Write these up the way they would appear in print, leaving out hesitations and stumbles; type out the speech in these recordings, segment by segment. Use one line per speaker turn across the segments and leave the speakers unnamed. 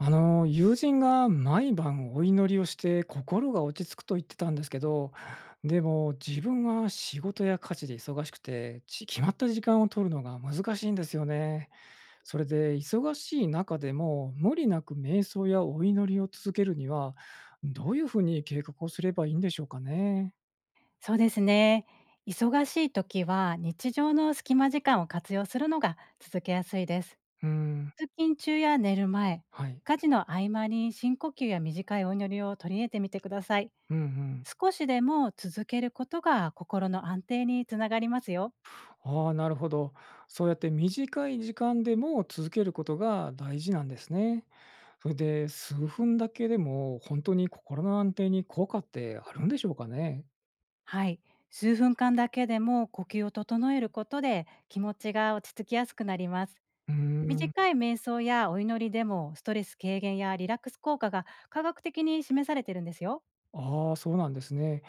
友人が毎晩お祈りをして心が落ち着くと言ってたんですけど、でも自分は仕事や家事で忙しくて、決まった時間を取るのが難しいんですよね。それで忙しい中でも無理なく瞑想やお祈りを続けるには、どういうふうに計画をすればいいんでしょうかね。
そうですね。忙しい時は日常の隙間時間を活用するのが続けやすいです。
うん、
通勤中や寝る前、
はい。
家事の合間に深呼吸や短いお祈りを取り入れてみてください。
うんうん。
少しでも続けることが心の安定につながりますよ。
ああ、なるほど。そうやって短い時間でも続けることが大事なんですね。それで、数分だけでも、本当に心の安定に効果ってあるんでしょうかね？
はい。数分間だけでも呼吸を整えることで気持ちが落ち着きやすくなります。
うーん。
短い瞑想やお祈りでもストレス軽減やリラックス効果が科学的に示されているんですよ。
ああ、そうなんですね。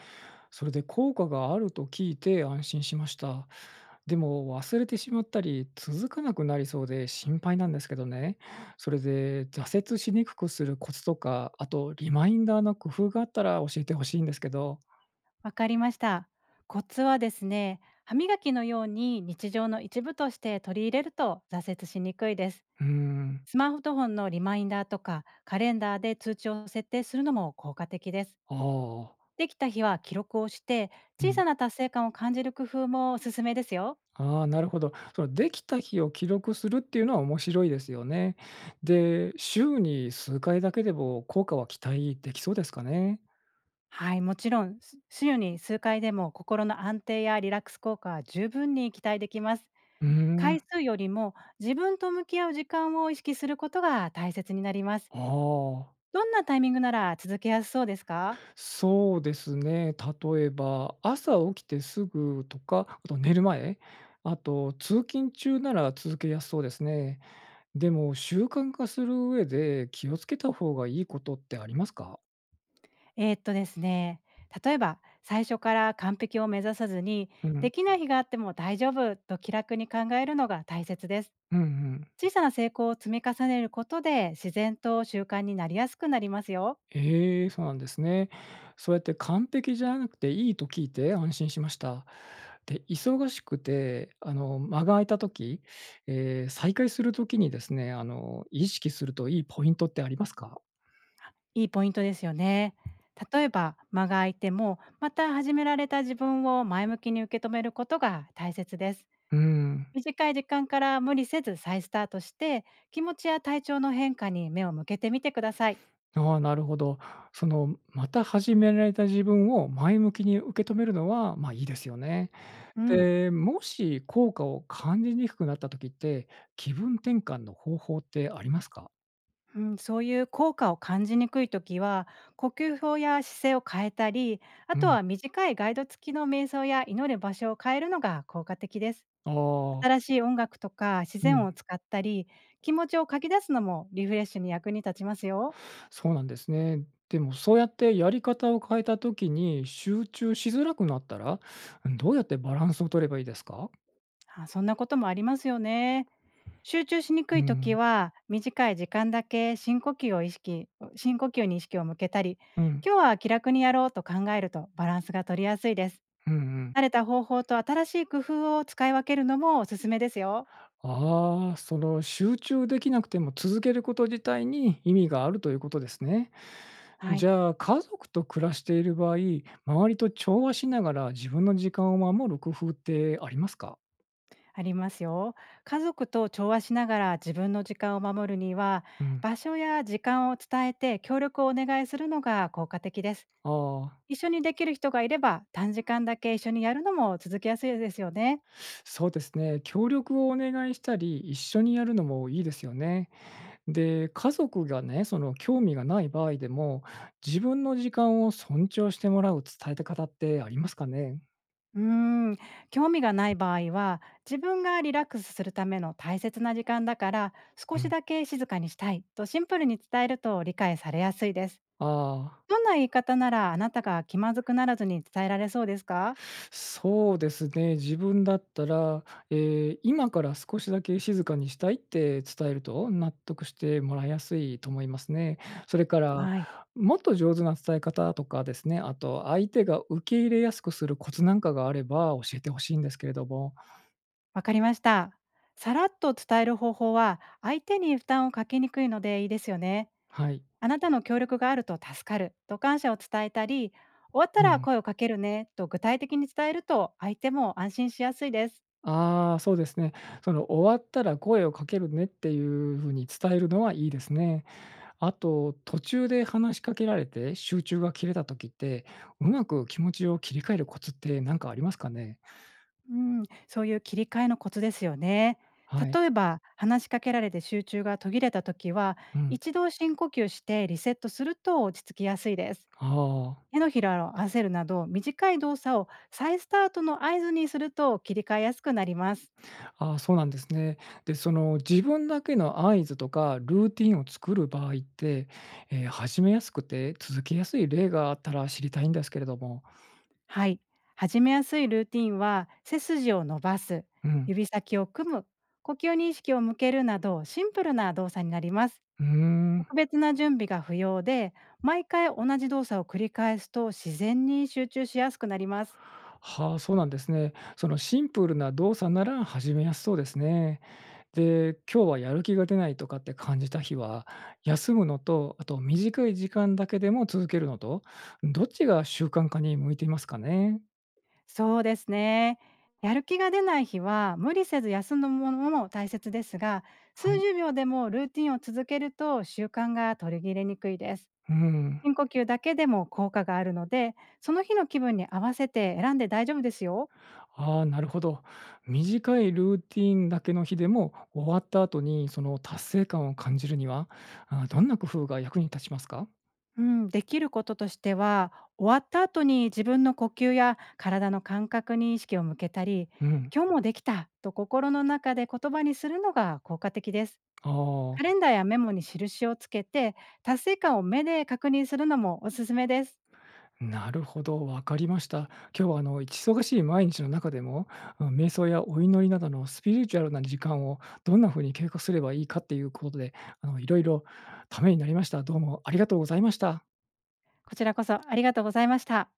それで効果があると聞いて安心しました。でも忘れてしまったり、続かなくなりそうで心配なんですけどね。それで挫折しにくくするコツとか、あとリマインダーの工夫があったら教えてほしいんですけど。
わかりました。コツはですね、歯磨きのように日常の一部として取り入れると挫折しにくいです。
うーん。
スマートフォンのリマインダーとかカレンダーで通知を設定するのも効果的です。
ああ、
できた日は記録をして
う
小
ん。
さな達成感を感じる工夫もおすすめですよ。
ああ、なるほど。そのできた日を記録するっていうのは面白いですよね。で、週に数回だけでも効果は期待できそうですかね？
はい、もちろんす週に数回でも心の安定やリラックス効果は十分に期待できます。
うー
回
あ
数よりも自分と向き合う時間を意識することが大切になります。
あ、
どんなタイミングなら続けやすそうですか？
そうですね。例えば、朝起きてすぐとか、あと寝る前、あと通勤中なら続けやすそうですね。でも習慣化する上で気をつけた方がいいことってありますか？
ですね、例えば最初から完璧を目指さずに、
うん、
できない日があっても大丈夫と気楽に考えるのが大切です。
うんうん。
小さな成功を積み重ねることで、自然と習慣になりやすくなりますよ。
ええ、そうなんですね。そうやって完璧じゃなくていいと聞いて安心しました。で、忙しくて、間が空いた時、再開する時にですね、意識するといいポイントってありますか？
いいポイントですよね。例えば間が空いても、また始められた自分を前向きに受け止めることが大切です。
うん、
短い時間から無理せず再スタートして、気持ちや体調の変化に目を向けてみてください。
ああ、なるほど。その、また始められた自分を前向きに受け止めるのは、ま、いいですよね。
うん、
で、もし効果を感じにくくなった時って、気分転換の方法ってありますか？
うん、そういう効果を感じにくい時は呼吸法や姿勢を変えたり、あ
う
と
ん。
は短いガイド付きの瞑想や祈る場所を変えるのが効果的です。
ああ、
新しい音楽とか自
う
然音
ん。
を使ったり、気持ちを書き出すのもリフレッシュに役に立ちますよ。
そうなんですね。でもそうやってやり方を変えた時に集中しづらくなったら、どうやってバランスを取ればいいですか？
あ、そんなこともありますよね。集中しにく
う
い時
ん、
は短い時間だけ深呼吸を意識、深呼吸に意識を向けたり、
うん、
今日は気楽にやろうと考えるとバランスが取りやすいです。
うんうん。
慣れた方法と新しい工夫を使い分けるのもおすすめですよ。
ああ、その集中できなくても続けること自体に意味があるということですね。
はい。
じゃあ家族と暮らしている場合、周りと調和しながら自分の時間を守る工夫ってありますか？
ありますよ。家族と調和しながら自分の時間を守るには、
うん。
場所や時間を伝えて協力をお願いするのが効果的です。
ああ、
一緒にできる人がいれば、短時間だけ一緒にやるのも続きやすいですよね。
そうですね。協力をお願いしたり、一緒にやるのもいいですよね。で、家族がね、その興味がない場合でも、自分の時間を尊重してもらう伝えた方ってありますかね？
うーん、興味がない場合は、自分がリラックスするための大切な時間だから、
う
少し
ん。
だけ静かにしたいとシンプルに伝えると理解されやすいです。
ああ、
どんな言い方なら、あなたが気まずくならずに伝えられそうですか？
そうですね。自分だったら、今から少しだけ静かにしたいって伝えると、納得してもらいやすいと思いますね。それから、
はい。
もっと上手な伝え方とかですね、あと相手が受け入れやすくするコツなんかがあれば教えてほしいんですけれども。
わかりました。さらっと伝える方法は、相手に負担をかけにくいのでいいですよね。
はい。
あなたの協力があると助かると感謝を伝えたり、終わった
う
ら
ん。
声をかけるねと具体的に伝えると、相手も安心しやすいです。
ああ、そうですね。その終わったら声をかけるねっていう風に伝えるのはいいですね。あと、途中で話しかけられて集中が切れた時って、うまく気持ちを切り替えるコツって何かありますかね？
うん、そういう切り替えのコツですよね。
はい。
例えば、話しかけられて集中が途切れた時は、
うん。
一度深呼吸してリセットすると落ち着きやすいです。
あ
手のひらを合わせるなど、短い動作を再スタートの合図にすると切り替えやすくなります。
あ、ああ、そうなんですね。で、その自分だけの合図とかルーティンを作る場合って、始めやすくて続けやすい例があったら知りたいんですけれども。
はい。始めやすいルーティンは、背筋を伸ばす、
うん。
指先を組む、呼吸に意識を向けるなど、シンプルな動作になります。
うーん。
特別な準備が不要で、毎回同じ動作を繰り返すと自然に集中しやすくなります。
はあ、そうなんですね。そのシンプルな動作なら始めやすそうですね。で、今日はやる気が出ないとかって感じた日は、休むのと、あと短い時間だけでも続けるのと、どっちが習慣化に向いていますかね？
そうですね。やる気が出ない日は無理せず休むものも大切ですが、
はい。
数十秒でもルーティンを続けると習慣が取り切れにくいです。
うん。
深呼吸だけでも効果があるので、その日の気分に合わせて選んで大丈夫ですよ。
ああ、なるほど。短いルーティンだけの日でも、終わった後にその達成感を感じるには、どんな工夫が役に立ちますか？
うん、できることとしては、終わった後に自分の呼吸や体の感覚に意識を向けたり、
うん。
今日もできたと心の中で言葉にするのが効果的です。
あ
カレ
あ。
ンダーやメモに印をつけて、達成感を目で確認するのもおすすめです。
なるほど、わかりました。今日は忙しい毎日の中でも、瞑想やお祈りなどのスピリチュアルな時間をどんな風に計画すればいいかっていうことで、いろいろためになりました。どうもありがとうございました。
こちらこそありがとうございました。